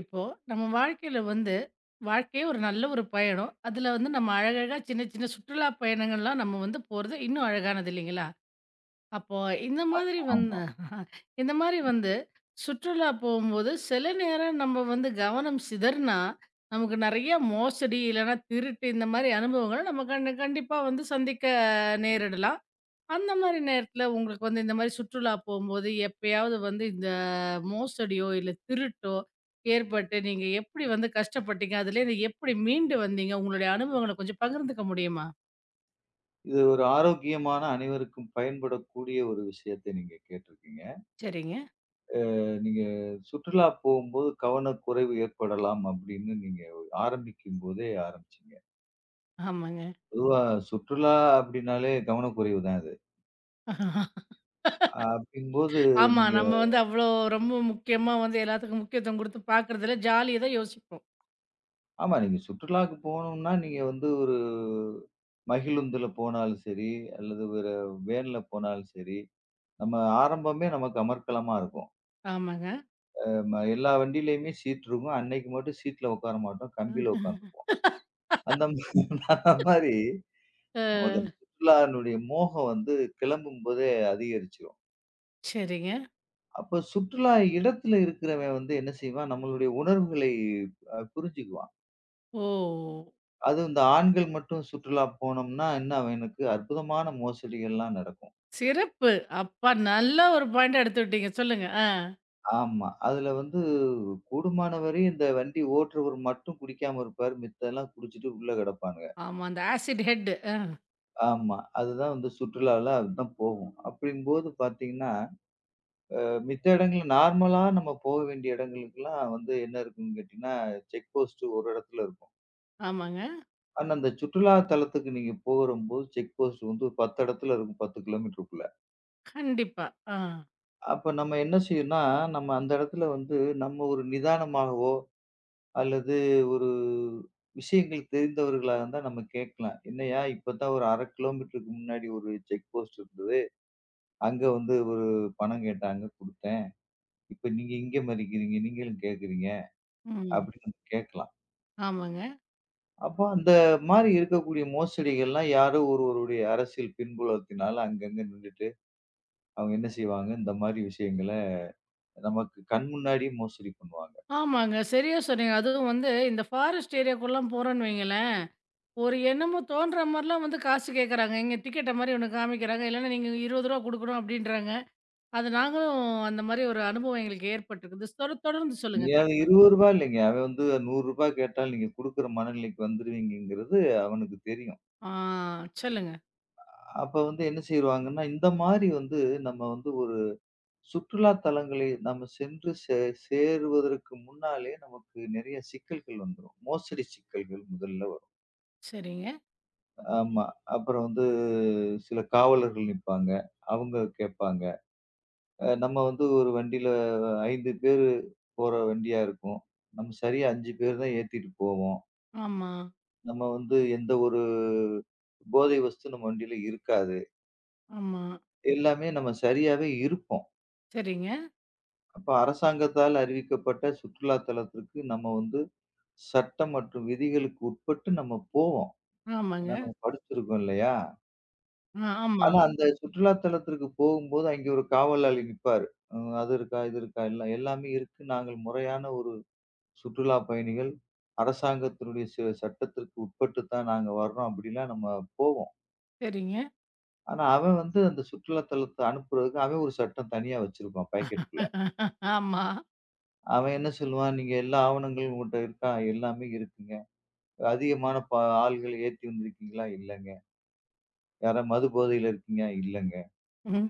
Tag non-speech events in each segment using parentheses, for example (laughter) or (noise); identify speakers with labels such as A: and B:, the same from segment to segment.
A: இப்போ நம்ம வாழ்க்கையில வந்து வாழ்க்கையே ஒரு நல்ல ஒரு பயணம். அதுல வந்து நம்ம அழகழகா சின்ன சின்ன சுற்றுலா பயணங்கள்லாம் நம்ம வந்து போறது இன்னும் அழகானது இல்லைங்களா? அப்போ இந்த மாதிரி
B: ஆமா.
A: வந்து (laughs) இந்த மாதிரி வந்து சுற்றுலா போகும்போது சில நேரம் நம்ம வந்து கவனம் சிதறுனா, நமக்கு நெறைய மோசடி இல்லைன்னா திருட்டு இந்த மாதிரி அனுபவங்கள நம்ம கண் கண்டிப்பா வந்து சந்திக்க நேரிடலாம். அந்த மாரி நேரத்துல உங்களுக்கு வந்து இந்த மாரி சுற்றுலா போம்போது, எப்பயாவது வந்து இந்த மோசடியோ, இல்ல திருட்டோ ஏற்பட்டு, நீங்க எப்படி வந்து கஷ்டப்பட்டீங்க? அதுலேருந்து எப்படி மீண்டு வந்தீங்க? உங்களுடைய அனுபவங்கள கொஞ்சம் பகிர்ந்துக்க முடியுமா?
B: இது ஒரு ஆரோக்கியமான அனைவருக்கும் பயன்படக்கூடிய ஒரு விஷயத்தை நீங்க கேட்டிருக்கீங்க.
A: சரிங்க.
B: நீங்க சுற்றுலா போகும்போது கவனக்குறைவு ஏற்படலாம் அப்படின்னு நீங்க ஆரம்பிக்கும்போதே ஆரம்பிச்சீங்க.
A: ஆமாங்க.
B: பொதுவா சுற்றுலா அப்படின்னாலே கவனக்குறைவு தான் அது. அப்படிங்கும்போது
A: ஆமா.
B: நீங்க
A: நம்ம வந்து அவ்ளோ ரொம்ப முக்கியமா வந்து எல்லாத்துக்கும் முக்கியத்துவம் குடுத்து பாக்குறதில்ல. ஜாலிய தான் யோசிப்போம்.
B: ஆமா, நீங்க சுற்றுலாவுக்கு போகணும்னா நீங்க வந்து ஒரு மகிழுந்துல போனாலும் சரி, அல்லது ஒரு வேன்ல போனாலும் சரி, நம்ம ஆரம்பமே நமக்கு அமர்க்களமா இருக்கும்.
A: ஆமாங்க.
B: நம்ம எல்லா வண்டியிலயுமே சீட் இருக்கும். அன்னைக்கு மட்டும் சீட்ல உட்கார மாட்டோம். கம்பியில
A: ம்.
B: உட்காந்துக்குவோம். அந்த ம- (laughs) அந்த மாரி
A: அ
B: நமக்கு அந்த சுற்றுலானுடைய மோகம் வந்து கிளம்பும்போதே அதிகரிச்சுரும்.
A: சரிங்க.
B: அப்ப சுற்றுலா இடத்துல இருக்கிறவன் வந்து என்ன செய்வான், நம்மளுடைய உணர்வுகளை புரிஞ்சுக்குவான்.
A: ஓ!
B: அதுவும் இந்த ஆண்கள் மட்டும் சுற்றுலா போனோம்னா, என்ன அவனுக்கு அற்புதமான மோசடிகள்லாம் நடக்கும்.
A: சிறப்பு. அப்பா நல்ல ஒரு பாயிண்ட்ட எடுத்து விட்டீங்க. சொல்லுங்க. ஆ.
B: ஆமா. அதுல வந்து கூடுமான வரையும் இந்த வண்டி ஓட்டுறவர் மட்டும் குடிக்காம இருப்பாரு. மித்தெல்லாம் குடிச்சிட்டு உள்ள கிடப்பானுங்க.
A: ஆமா. அந்த ஆசிட் ஹெட். அ
B: ஆமா. அதுதான் வந்து சுற்றுலால அதுதான் போகும். அப்படிங்கும்போது பார்த்தீங்கன்னா, மித்த இடங்கள் நார்மலா நம்ம போக வேண்டிய இடங்களுக்கெல்லாம் வந்து என்ன இருக்கும்னு கேட்டீங்கன்னா, செக் போஸ்ட் ஒரு இடத்துல இருக்கும்.
A: ஆமாங்க.
B: ஆனா, அந்த சுற்றுலா தலத்துக்கு நீங்க போகும்போது செக் போஸ்ட் வந்து ஒரு 10 இடத்துல இருக்கும். 10 கிலோமீட்டருக்குள்ள.
A: கண்டிப்பா. ஆ.
B: அப்ப நம்ம என்ன செய்யணும்னா, நம்ம அந்த இடத்துல வந்து நம்ம ஒரு நிதானமாகவோ, அல்லது ஒரு விஷயங்கள் தெரிந்தவர்களா இருந்தா நம்ம கேட்கலாம். "என்னய்யா இப்பதான் ஒரு 1/2 கிலோமீட்டருக்கு முன்னாடி ஒரு செக் போஸ்ட் இருந்தது. அங்க வந்து ஒரு பணம் கேட்டாங்க குடுத்தேன்." இப்ப நீங்க இங்க மதிக்கிறீங்க, நீங்களும் கேட்கிறீங்க
A: ம்.
B: அப்படின்னு நம்ம கேட்கலாம்.
A: ஆமாங்க.
B: அப்போ அந்த மாரி இருக்கக்கூடிய மோசடிகள்லாம் யாரோ ஒருவருடைய அரசியல் பின்புலத்தினால அங்கங்க நின்னுட்டு, அவங்க என்ன செய்வாங்க, இந்த மாரி விஷயங்கள நமக்கு கண் முன்னாடியே மோசடி பண்ணுவாங்க.
A: ஆமாங்க. சரியா சொன்னீங்க. அதுவும் வந்து இந்த ஃபாரஸ்ட் ஏரியாக்குல்லாம் போறோன்னு வைங்களேன், ஒரு என்னமோ தோன்ற மாரிலாம் வந்து காசு கேட்கறாங்க. இங்க டிக்கெட்ட மாரி ஒண்ணு காமிக்கிறாங்க. இல்லன்னா நீங்க ரூ. 20 குடுக்கணும் அப்டின்றாங்க. அது நாங்களும் அந்த மாரி ஒரு அனுபவம் எங்களுக்கு ஏற்பட்டுருக்குது. தொடர்ந்து சொல்லுங்க
B: நீங்க அது
A: கேட்கலாம்.
B: ரூ. 20 இல்லைங்க. அவன் வந்து ரூ. 100 கேட்டாலும் நீங்க குடுக்குற மனநிலைக்கு வந்துருவீங்கங்கிறது அவனுக்கு தெரியும்.
A: ஆ சொல்லுங்க.
B: அப்ப வந்து என்ன செய்வாங்கன்னா, இந்த மாரி வந்து நம்ம வந்து ஒரு சுற்றுலா தலங்களை நம்ம சென்று சேருவதற்கு முன்னாலே நமக்கு நெறைய சிக்கல்கள் வந்துரும். மோசடி சிக்கல்கள் முதல்ல வரும்.
A: சரிங்க.
B: ஆமா. அப்புறம் வந்து சில காவலர்கள் நிப்பாங்க. அவங்க கேட்பாங்க. நம்ம வந்து ஒரு வண்டியில 5 பேரு போற வண்டியா இருக்கும். நம்ம சரியா 5 பேர் தான் ஏத்திட்டு போவோம்.
A: ஆமா,
B: நம்ம வந்து எந்த ஒரு போதை வஸ்து நம்ம வண்டியில இருக்காது.
A: ஆமா.
B: எல்லாமே நம்ம சரியாவே இருப்போம்.
A: சரிங்க.
B: அப்ப அரசாங்கத்தால் அறிவிக்கப்பட்ட சுற்றுலா தலத்திற்கு நம்ம வந்து சட்டம் மற்றும் விதிகளுக்கு உட்பட்டு நம்ம போவோம். ஏன்னா
A: ஆமாங்க.
B: நம்ம படிச்சிருக்கோம் இல்லையா?
A: ஆ ஆமா.
B: ஆனா அந்த சுற்றுலா தலத்திற்கு போகும்போது அங்கே ஒரு காவலாளி நிப்பாரு. ம் அது இருக்கா, இது இருக்கா எல்லாம் எல்லாமே இருக்கு. நாங்கள் முறையான ஒரு சுற்றுலா பயணிகள். அரசாங்கத்தினுடைய சட்டத்திற்கு உட்பட்டு தான் நாங்க வர்றோம் அப்படிலாம் நம்ம போவோம்.
A: சரிங்க.
B: ஆனா அவன் வந்து அந்த சுற்றுலா தலத்த அனுப்புறதுக்கு அவன் ஒரு சட்டம் தனியா வச்சிருப்பான் பாக்கெட்டுக்குள்ள.
A: ஆமா.
B: அவன் என்ன சொல்லுவான், நீங்க எல்லா ஆவணங்களும் உங்கட்ட இருக்கா? எல்லாமே இருக்குங்க. அதிகமான ஆள்கள் ஏத்தி வந்திருக்கீங்களா? இல்லங்க. யாரா மது போதையில இருக்கீங்களா? இல்லங்க.
A: ம்.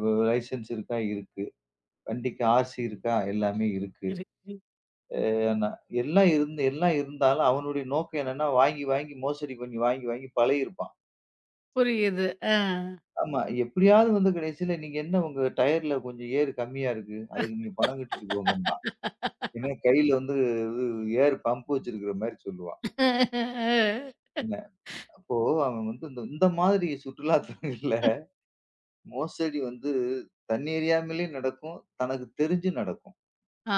B: வ லைசென்ஸ் இருக்கா? இருக்கு. வண்டிக்கு ஆர்சி இருக்கா? எல்லாமே இருக்கு.
A: இருக்கு.
B: ஏன்னா எல்லாம் இருந்து எல்லாம் இருந்தாலும் அவனுடைய நோக்கம் என்னன்னா, வாங்கி, வாங்கி மோசடி பண்ணி வாங்கி, வாங்கி பழகியிருப்பான்.
A: புரியுது.
B: ஆமா. எப்படியாவது வந்து கடைசியில நீங்க என்ன உங்க டயர்ல கொஞ்சம் ஏர் கம்மியா இருக்கு. அதுக்கு நீங்க பணம் கட்டிட்டு போங்கம்பான். இல்லன்னா கையில வந்து இது ஏர் பம்ப் வச்சிருக்கிற மாரி சொல்லுவான்.
A: ஆ.
B: என்ன அப்போ அவன் வந்து இந்த இந்த மாதிரி சுற்றுலா தலங்கள்ல மோசடி வந்து தன்னெறியாமலே நடக்கும். தனக்கு தெரிஞ்சு நடக்கும்.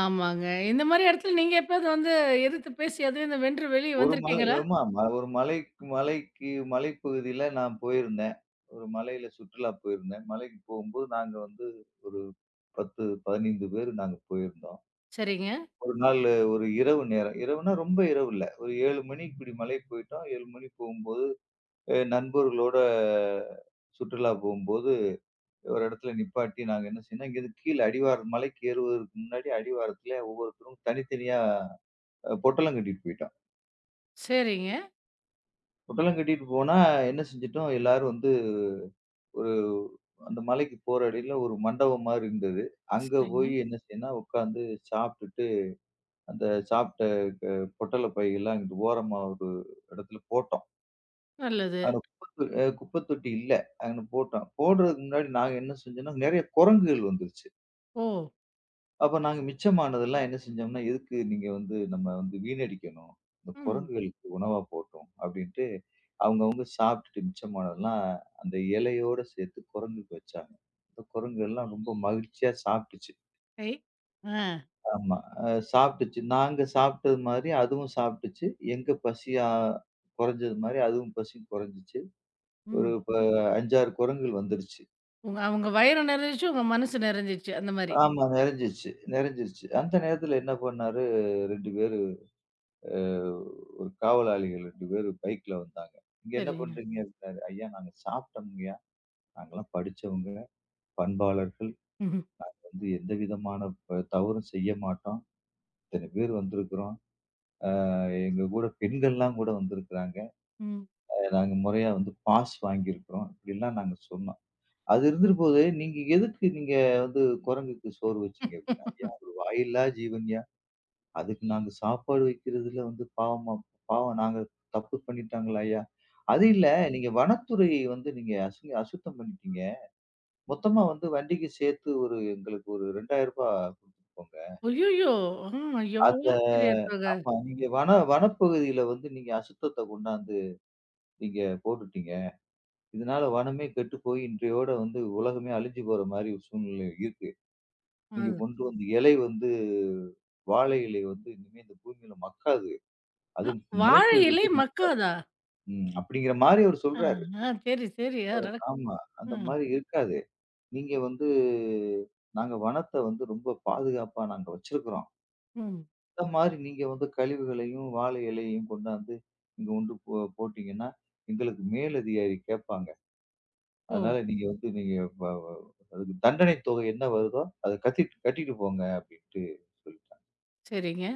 A: ஆமாங்க. இந்த மாரி இடத்துல நீங்க எப்பயாவது வந்து எதிர்த்து பேசி அதுவும் இந்த வென்று வெளிய
B: ஒரு மலை
A: வந்திருக்கீங்களா?
B: ஆமா, ஆமா. ஒரு மலைக்கு மலைக்கு மலைப்பகுதியில நான் போயிருந்தேன். ஒரு மலையில சுற்றுலா போயிருந்தேன். மலைக்கு போகும்போது நாங்க வந்து ஒரு 10, 15 பேர் நாங்க போயிருந்தோம்.
A: சரிங்க,
B: ஒரு நாள் ஒரு இரவு நேரம். இரவுனா ரொம்ப இரவு இல்ல. ஒரு 7 மணி இப்படி மலைக்கு போயிட்டோம். 7 மணி போகும்போது, நண்பர்களோட சுற்றுலா போகும்போது ஒரு இடத்துல நிப்பாட்டி நாங்க என்ன செய்யணும், இங்கேருந்து கீழ அடிவாரம் மலைக்கு ஏறுவதற்கு முன்னாடி அடிவாரத்துல ஒவ்வொருத்தரும் தனித்தனியா பொட்டலம் கட்டிட்டு போயிட்டோம்.
A: சரிங்க,
B: பொட்டலம் கட்டிட்டு போனா என்ன செஞ்சுட்டோம், எல்லாரும் வந்து ஒரு அந்த மலைக்கு போற வழியில ஒரு மண்டபம் மாரி இருந்தது. அங்க போய்
A: சரிங்க.
B: என்ன செய்யணும்னா, உட்காந்து சாப்பிட்டுட்டு அந்த சாப்பிட்ட க பொட்டல பையெல்லாம் இங்கிட்டு ஓரமா ஒரு இடத்துல போட்டோம்.
A: நல்லது.
B: அங்க குப்பத்தொட்டி இல்ல. அங்கன போட்டோம். போடுறதுக்கு முன்னாடி நாங்க என்ன செஞ்சோம்னா, நெறைய குரங்குகள் வந்துருச்சு.
A: ஓ!
B: அப்ப நாங்க மிச்சமானதெல்லாம் என்ன செஞ்சோம்னா, எதுக்கு நீங்க வந்து நம்ம வந்து வீணடிக்கணும். இந்த
A: ம்.
B: குரங்குகளுக்கு உணவா போட்டோம் அப்படின்ட்டு, அவங்கவங்க சாப்பிட்டுட்டு மிச்சமானதெல்லாம் அந்த இலையோட சேர்த்து குரங்குக்கு வச்சாங்க. இந்த குரங்கு எல்லாம் ரொம்ப மகிழ்ச்சியா சாப்பிட்டுச்சு.
A: சரி. ஆ.
B: ஆமா. அ சாப்பிட்டுச்சு. நாங்க சாப்பிட்டது மாதிரி அதுவும் சாப்பிட்டுச்சு. எங்க பசியா குறைஞ்சது மாதிரி அதுவும் பசி குறைஞ்சுச்சு. ஒரு
A: ம்.
B: இப்ப 5, 6 குரங்குகள் வந்துருச்சு.
A: உங்க அவங்க வயிறு நிறைஞ்சுச்சு, உங்க மனசு நிறைஞ்சிச்சு. அந்த மாரி.
B: ஆமா, நிறைஞ்சிருச்சு நிறைஞ்சிருச்சு. அந்த நேரத்துல என்ன பண்ணாரு 2 பேர் அஹ் ஒரு காவலாளிகள் 2 பேரு பைக்ல வந்தாங்க. "இங்க என்ன
A: சரிங்க.
B: பண்றீங்க?" அப்படின்னாரு. "ஐயா நாங்க சாப்பிட்டோம்ங்கய்யா. நாங்கலாம் படிச்சவங்க, பண்பாளர்கள்.
A: ம்ஹ்ம்.
B: வந்து எந்த விதமான தவறும் செய்ய மாட்டோம். இத்தனை பேர் வந்திருக்கிறோம். அ எங்க கூட பெண்கள்லாம் கூட வந்திருக்கிறாங்க.
A: ம்.
B: நாங்க முறையா வந்து பாஸ் வாங்கியிருக்கிறோம்." இப்படிலாம் நாங்க சொன்னோம். அது இருந்திருக்கும்போது, "நீங்க எதுக்கு நீங்க வந்து குரங்குக்கு சோறு வச்சீங்க?" அப்படின்னா, "ஐயா அது வாயில்லா ஜீவன்யா. அதுக்கு நாங்க சாப்பாடு வைக்கிறதுல வந்து பாவமா பாவம் நாங்க தப்பு பண்ணிட்டாங்களா ஐயா? அது
A: ம்.
B: இல்ல நீங்க வனத்துறை வந்து நீங்க அசுத்தம் பண்ணிட்டீங்க. மொத்தமா வந்து வண்டிக்கு சேர்த்து ஒரு எங்களுக்கு ஒரு ரூ. 2,000 குடுத்துட்டு போங்க.
A: ஐய்யயோ! ஆ
B: அந்த
A: எவ்வளோ பெரிய தொகை.
B: ஆமா நீங்க வனப்பகுதியில வந்து நீங்க அசுத்தத்த கொண்டாந்து நீங்க போட்டுட்டீங்க. இதனால வனமே கெட்டு போய் இன்றையோட வந்து உலகமே அழிஞ்சு போற மாரி ஒரு சூழ்நிலை இருக்கு. நீங்க
A: அது.
B: கொண்டு வந்த இலை வந்து வாழை இலை வந்து இனிமே இந்த பூமியில மக்காது.
A: அ
B: அதுவும்
A: வாழை இலை
B: மலைப்பகுதியில
A: மக்காதா?
B: ம். அப்படிங்கிற மாரி அவரு
A: ஆ,
B: சொல்றாரு.
A: ஆ. சரி, சரி. அ.
B: ஆமா. அந்த
A: ம்.
B: மாரி இருக்காது. நீங்க வந்து நாங்க வனத்த வந்து ரொம்ப பாதுகாப்பா நாங்க வச்சிருக்கிறோம்.
A: ம்.
B: இந்த மாரி நீங்க வந்து கழிவுகளையும், வாழை இலையையும் கொண்டாந்து இங்க கொண்டு போட்டீங்கன்னா, எங்களுக்கு மேலதிகாரி கேட்பாங்க.
A: ஓ!
B: அதனால நீங்க வந்து நீங்க வ வ அதுக்கு தண்டனை தொகை என்ன வருதோ, அத கட்டிட்டு போங்க அப்படின்ட்டு சொல்லிட்டாங்க.
A: சரிங்க.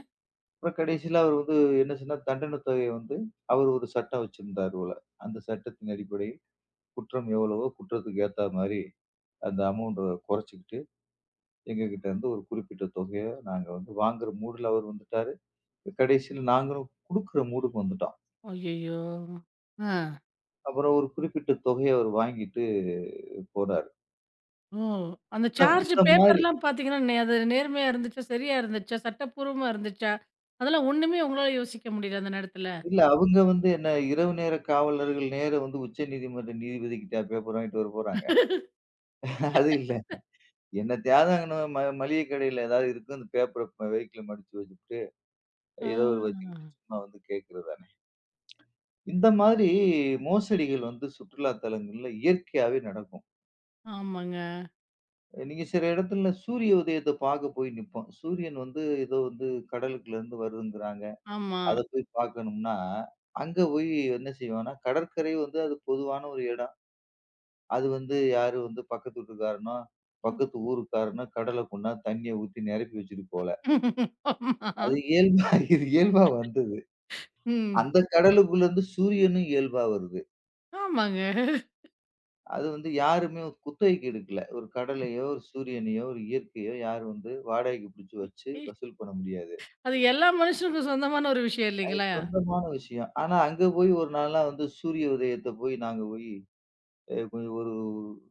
B: அப்புறம் கடைசியில அவர் வந்து என்ன சொன்னார், தண்டனை தொகைய வந்து அவர் ஒரு சட்டம் வச்சிருந்தார் போல. அந்த சட்டத்தின் அடிப்படையில் குற்றம் எவ்வளவோ குற்றத்துக்கு ஏத்தா மாரி அந்த அமௌண்ட்ட குறைச்சுக்கிட்டு, எங்ககிட்ட இருந்து ஒரு குறிப்பிட்ட தொகைய நாங்க வந்து வாங்குற மூடுல அவர் வந்துட்டாரு. கடைசியில நாங்களும் குடுக்குற மூடுக்கு வந்துட்டோம்.
A: ஐய்யயோ! ஆ.
B: அப்புறம் ஒரு குறிப்பிட்ட தொகைய அவர் வாங்கிட்டு போறாரு.
A: ஓ! அந்த
B: இந்த
A: சார்ஜ்
B: இந்த மாரி
A: பேப்பர்லாம் பார்த்தீங்கன்னா, அது நேர்மையா இருந்துச்சா? சரியா இருந்துச்சா? சட்டப்பூர்வமா இருந்துச்சா? அதெல்லாம் ஒண்ணுமே உங்களால யோசிக்க முடியல அந்த நேரத்துல.
B: இல்ல அவங்க வந்து என்ன இரவு நேர காவலர்கள் நேரா வந்து உச்சநீதிமன்ற நீதிபதிகிட்டயா பேப்பர் வாங்கிட்டு வர போறாங்க? அது இல்ல. என்னத்தையாவது அங்கன மளிகை கடையில ஏதாவது இருக்கும். அந்த பேப்பர வெஹிக்கிள்ல மடிச்சு வச்சுப்புட்டு,
A: ஆ.
B: ஏதோ ஒரு வச்சுக்கிட்டு சும்மா வந்து கேட்கிறது தானே! இந்த மாதிரி மோசடிகள் வந்து சுற்றுலா தலங்கள்ல இயற்கையாவே நடக்கும்.
A: ஆமாங்க.
B: நீங்க சில இடத்துல சூரிய உதயத்த பார்க்க போய் நிப்போம். சூரியன் வந்து ஏதோ வந்து கடலுக்குள்ள இருந்து வருதுங்கிறாங்க.
A: ஆமா.
B: அத போய் பார்க்கணும்னா, அங்க போய் என்ன செய்வோம்னா, கடற்கரை வந்து அது பொதுவான ஒரு இடம். அது வந்து யாரு வந்து பக்கத்து வீட்டுக்காரனோ,
A: ம்.
B: பக்கத்து ஊருக்காரனோ கடல கொண்டா தண்ணிய ஊத்தி நிரப்பி வச்சுட்டு போல.
A: ஆமா.
B: அது இயல்பா இது இயல்பா வந்தது.
A: ம்.
B: அந்த கடலுக்குள்ள இருந்து சூரியனும் இயல்பா வருது.
A: ஆமாங்க.
B: அது வந்து யாருமே குத்தகைக்கு எடுக்கல. ஒரு கடலையோ, ஒரு சூரியனையோ, ஒரு இயற்கையோ யாரும் வந்து வாடகைக்கு புடிச்சு வச்சு
A: இ
B: வசூல் பண்ண முடியாது.
A: அது எல்லா மனுஷனுக்கும் சொந்தமான ஒரு விஷயம்
B: அது
A: இல்லைங்களா?
B: சொந்தமான விஷயம். ஆனா அங்க போய் ஒரு நாள்லாம் வந்து சூரிய உதயத்த போய் நாங்க போய் கொஞ்சம் ஒரு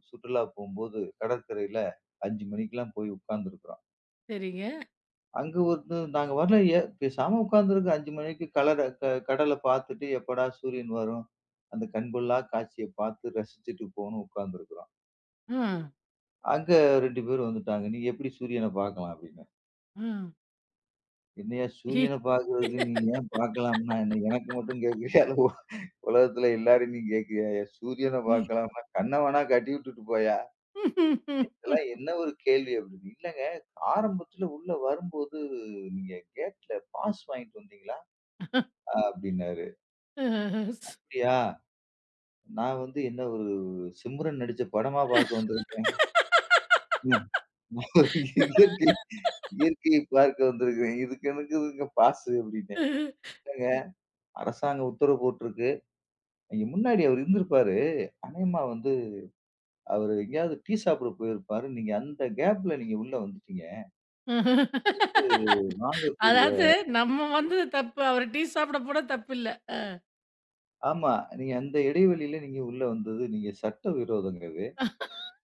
B: சுற்றுலா போம்போது, கடற்கரையில 5 மணிக்கெல்லாம் போய் உட்கார்ந்துருக்கிறோம்.
A: சரிங்க.
B: அங்க வந்து நாங்க வரலையே! பேசாம உட்கார்ந்துருக்கோம். 5 மணிக்கு கலர கடல பார்த்துட்டு எப்படா சூரியன் வரும்? அந்த கண்கொள்ளா காட்சிய பார்த்து ரசிச்சுட்டு போன்னு உட்கார்ந்துருக்கிறோம்.
A: ம்.
B: அங்க 2 பேர் வந்துட்டாங்க. "நீ எப்படி சூரியன பார்க்கலாம்?" அப்படின்னு.
A: ம்.
B: "என்னய்யா சூரியன பார்க்கிறதுக்கு நீ ஏன் பார்க்கலாம்னா என்ன எனக்கு மட்டும் கேட்கிறியா? இல்ல உலகத்துல எல்லாரையும் நீ கேட்கிறியாயா? சூரியன
A: ம்.
B: பார்க்கலாம்னா, கண்ண வேணா கட்டி விட்டுட்டு போயா? இதெல்லாம் என்ன ஒரு கேள்வி அப்படின்னு. இல்லங்க, ஆரம்பத்துல உள்ள வரும்போது நீங்க கேட்ல பாஸ் வாங்கிட்டு வந்தீங்களா? அப்படின்னாரு. அப்படியா? நான் வந்து என்ன ஒரு சிம்ரன் நடிச்ச படமா பார்க்க வந்திருக்கேன். ஒரு இயற்கை இயற்கையை பார்க்க வந்திருக்கிறேன். இதுக்கு எனக்கு எதுங்க பாசு அப்படின்னேன்.
A: அஹ.
B: இல்லங்க அரசாங்கம் உத்தரவு போட்டிருக்கு. அங்க முன்னாடி அவர் இருந்திருப்பாரு. அநேகமா வந்து அவரு எங்கேயாவது டீ சாப்பிட போயிருப்பாரு. நீங்க அந்த கேப்ல நீங்க உள்ள வந்துட்டீங்க.
A: (laughs)
B: வாங்கக்கூடிய
A: அதாவது நம்ம வந்தது தப்பு. அவரு டீ சாப்பிட போனா தப்பில்ல.
B: ஆமா. நீங்க அந்த இடைவெளியில நீங்க உள்ள வந்தது, நீங்க சட்டவிரோதங்க அது.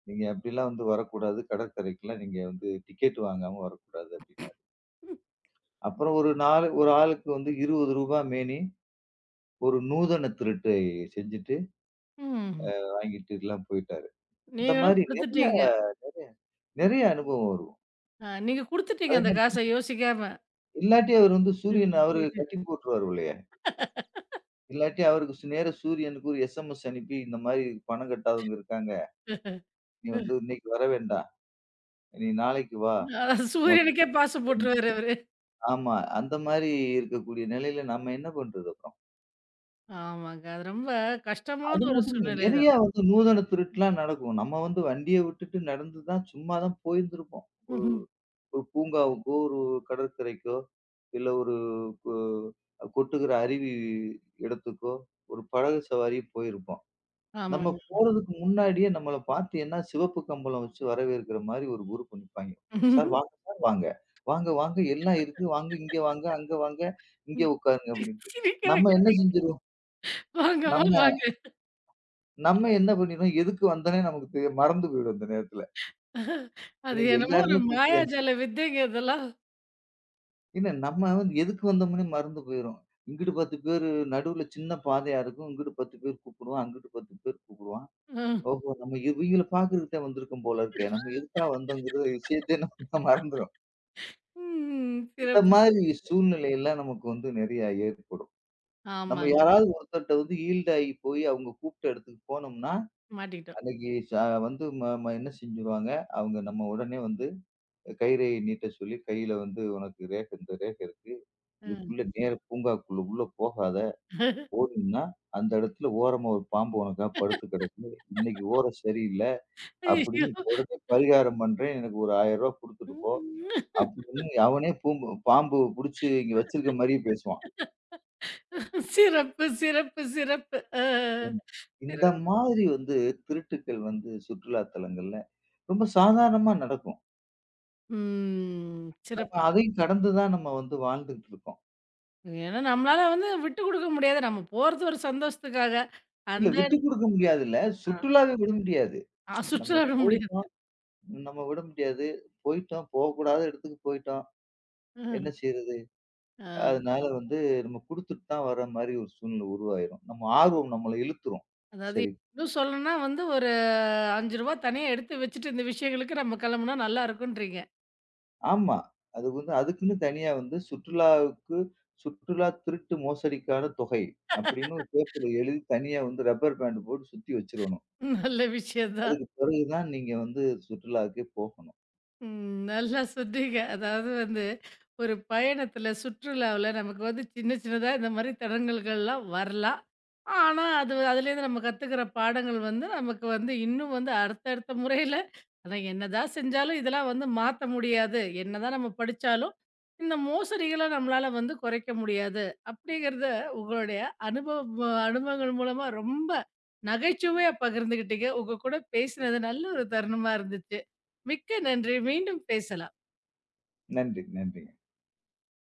B: நீங்க அப்படிலாம் வந்து வரக்கூடாது. கடற்கரைக்குலாம் நீங்க வந்து டிக்கெட் வாங்காம வரக்கூடாது அப்படின்னாரு. அப்புறம் ஒரு 4 ஒரு ஆளுக்கு வந்து ரூ. 20 மேனி, ஒரு நூதன திருட்டை செஞ்சுட்டு
A: ம்.
B: வாங்கிட்டுலாம் போயிட்டாரு. இந்த
A: நீங்களும்
B: மாதிரி நெறைய
A: குடுத்துட்டீங்க.
B: நெறைய நெறைய அனுபவம் வரும்.
A: அ நீங்க குடுத்துட்டீங்க
B: அதே
A: அந்த
B: மாரி
A: காச யோசிக்காம.
B: இல்லாட்டி அவர் வந்து சூரியன் அவரு கட்டி போட்டுருவாரு இல்லையா? இல்லாட்டி அவருக்கு நேரா சூரியனுக்கு ஒரு எஸ்எம்எஸ் அனுப்பி, இந்த மாரி பணம் கட்டாதவங்க இருக்காங்க. நீ வந்து இன்னைக்கு வர வேண்டாம். நீ நாளைக்கு வா.
A: அதாவது
B: நான் வசூல்
A: சூரியனுக்கே பாசம்
B: பண்
A: போட்டுருவாரு அவரு.
B: ஆமா. அந்த மாரி இருக்கக்கூடிய நிலையில நம்ம என்ன பண்றது அப்புறம்?
A: ஆமாங்க. அது ரொம்ப கஷ்டமான
B: அது
A: ஒரு
B: மட்டும் இல்ல.
A: சூழ்நிலை
B: நெறைய
A: தான்.
B: வந்து நூதன திருட்டுலாம் நடக்கும். நம்ம வந்து வண்டிய விட்டுட்டு நடந்து தான் சும்மா தான் போயிருந்திருப்போம். ஒரு
A: ம்ஹ்ம்.
B: ஒரு பூங்காவுக்கோ, ஒரு கடற்கரைக்கோ, இல்ல ஒரு கொ கொட்டுகிற அருவி இடத்துக்கோ, ஒரு படகு சவாரி போயிருப்போம். நம்ம
A: ஆமாங்க.
B: போறதுக்கு முன்னாடியே நம்மள பார்த்து என்ன சிவப்பு கம்பளம் வச்சு வரவேற்கிற மாரி ஒரு குரூப் நிப்பாய்ங்க. "சார் வாங்க சார் வாங்க. வாங்க வாங்க எல்லாம் இருக்கு. வாங்க இங்க வாங்க, அங்க வாங்க, இங்க உட்காருங்க" அப்படின்ட்டு.
A: சிரிக்க
B: நம்ம என்ன
A: வைக்காதீங்க.
B: செஞ்சுருவோம்?
A: வாங்கம்மா
B: நம்ம
A: வாங்க.
B: நம்ம என்ன பண்ணிருவோம்? எதுக்கு வந்தோனே நமக்கு தெரிய மறந்து போயிடும் அந்த நேரத்துல.
A: அது
B: ஏன்னா
A: என்னமோ ஒரு
B: எல்லாருமே கூப்பிடுறாங்க.
A: மாயாஜால வித்தைங்க இதெல்லாம்.
B: ஏன்னா நம்ம வந்து எதுக்கு வந்தோம்னே மறந்து போயிரும். இங்கிட்டு 10 பேரு நடுவுல சின்ன பாதையா இருக்கும். இங்கிட்டு 10 பேர் கூப்பிடுவான், அங்கிட்டு 10 பேர் கூப்பிடுவான். ஓஹோ! நம்ம இவிங்கள பாக்குறதுக்கு தான் வந்திருக்கோம் போல இருக்கே. நம்ம எதுக்காக வந்தோங்கிற விஷயத்தையே நம்ம (laughs) மறந்துரும்.
A: ம்.
B: இந்த
A: சிறப்பு.
B: மாதிரி சூழ்நிலையெல்லாம் நமக்கு வந்து நெறைய ஏற்படும். நம்ம
A: ஆமாங்க.
B: யாராவது ஒருத்தர்ட்ட வந்து ஈல்ட் ஆகி போய் அவங்க கூப்பிட்ட இடத்துக்கு போனோம்னா,
A: மாட்டிக்கிட்டோம்.
B: அன்னைக்கு வந்து ம ம என்ன செஞ்சுருவாங்க, அவங்க நம்ம உடனே வந்து கயிறை நீட்ட சொல்லி, கையில வந்து உனக்கு ரேக் இந்த ரேக் இருக்கு.
A: ம்.
B: இதுக்குள்ள நேர பூங்காக்குள்ள உள்ள போகாத. போனீன்னா, அந்த இடத்துல ஓரமா ஒரு பாம்பு உனக்கா படுத்து கிடக்கு. இன்னைக்கு ஓரம் சரியில்ல.
A: ஐயய்யோ!
B: அப்படின்னு உடனே பரிகாரம் பண்றேன். எனக்கு ஒரு ரூ. 1000 குடுத்துட்டு போ. அப்படின்னு அவனே பாம்பு புடிச்சு இங்க வச்சிருக்க மாரியே பேசுவான்.
A: சிறப்பு, சிறப்பு, சிறப்பு. அ.
B: ஏன்னா,
A: சிற
B: இந்த மாதிரி வந்து திருட்டுக்கள் வந்து சுற்றுலா தலங்கள்ல ரொம்ப சாதாரணமா நடக்கும்.
A: ம்.
B: நம்ம
A: சிறப்பு.
B: அதையும் கடந்து தான் நம்ம வந்து வாழ்ந்துகிட்டு இருக்கோம்.
A: ஏன்னா நம்மளால வந்து விட்டு குடுக்க முடியாது. நம்ம போறது ஒரு சந்தோஷத்துக்காக.
B: இல்ல
A: அந்த
B: விட்டு
A: இடத்து
B: குடுக்க முடியாதுல்ல. சுற்றுலாவே விட முடியாது.
A: அ
B: நம்ம
A: சுற்றுலா விட முடியாது.
B: போயிட்டோம். நம்ம விட முடியாது. போயிட்டோம். போகக்கூடாத இடத்துக்கு போயிட்டோம். என்ன
A: ம்.
B: செய்றது?
A: அ
B: அதனால வந்து நம்ம குடுத்துட்டு தான் வர்ற மாரி ஒரு சூழ்நிலை உருவாயிரும். நம்ம ஆர்வம் நம்மள இழுத்துரும்.
A: அதாவது
B: சரி
A: இன்னும் சொல்லணும்னா வந்து ஒரு ரூ. 5 தனியா எடுத்து வச்சுட்டு இந்த விஷயங்களுக்கு நம்ம கிளம்புனா நல்லா இருக்குன்றீங்க.
B: ஆமா. அது வந்து அதுக்குன்னு தனியா வந்து சுற்றுலாவுக்கு சுற்றுலா திருட்டு மோசடிக்கான தொகை அப்படின்னு ஒரு பேப்பர்ல எழுதி தனியா வந்து ரப்பர் பேண்ட் போட்டு சுத்தி வச்சிரணும்.
A: நல்ல விஷயம் தான்.
B: அதுக்கு பிறகு தான் நீங்க வந்து சுற்றுலாவுக்கே போகணும்.
A: ம். நல்லா சொன்னீங்க. அதாவது வந்து, ஒரு பயணத்தில, சுற்றுலாவுல நமக்கு வந்து சின்ன சின்னதா இந்த மாரி தடங்கல்கள்லாம் வரலாம். ஆனா, அதுலேருந்து நம்ம கத்துக்கிற பாடங்கள் வந்து, நமக்கு வந்து இன்னும் வந்து அடுத்தடுத்த முறையில ஆனா என்னதான் செஞ்சாலும் இதெல்லாம் வந்து மாத்த முடியாது. என்னதான் நம்ம படிச்சாலும், இந்த மோசடிகள நம்மளால வந்து குறைக்க முடியாது. அப்படிங்கிறத உங்களுடைய அனுபவங்கள் மூலமா ரொம்ப நகைச்சுவையா பகிர்ந்துக்கிட்டீங்க. உங்க கூட பேசினது நல்ல ஒரு தருணமா இருந்துச்சு. மிக்க நன்றி. மீண்டும் பேசலாம்.
B: நன்றி, நன்றி.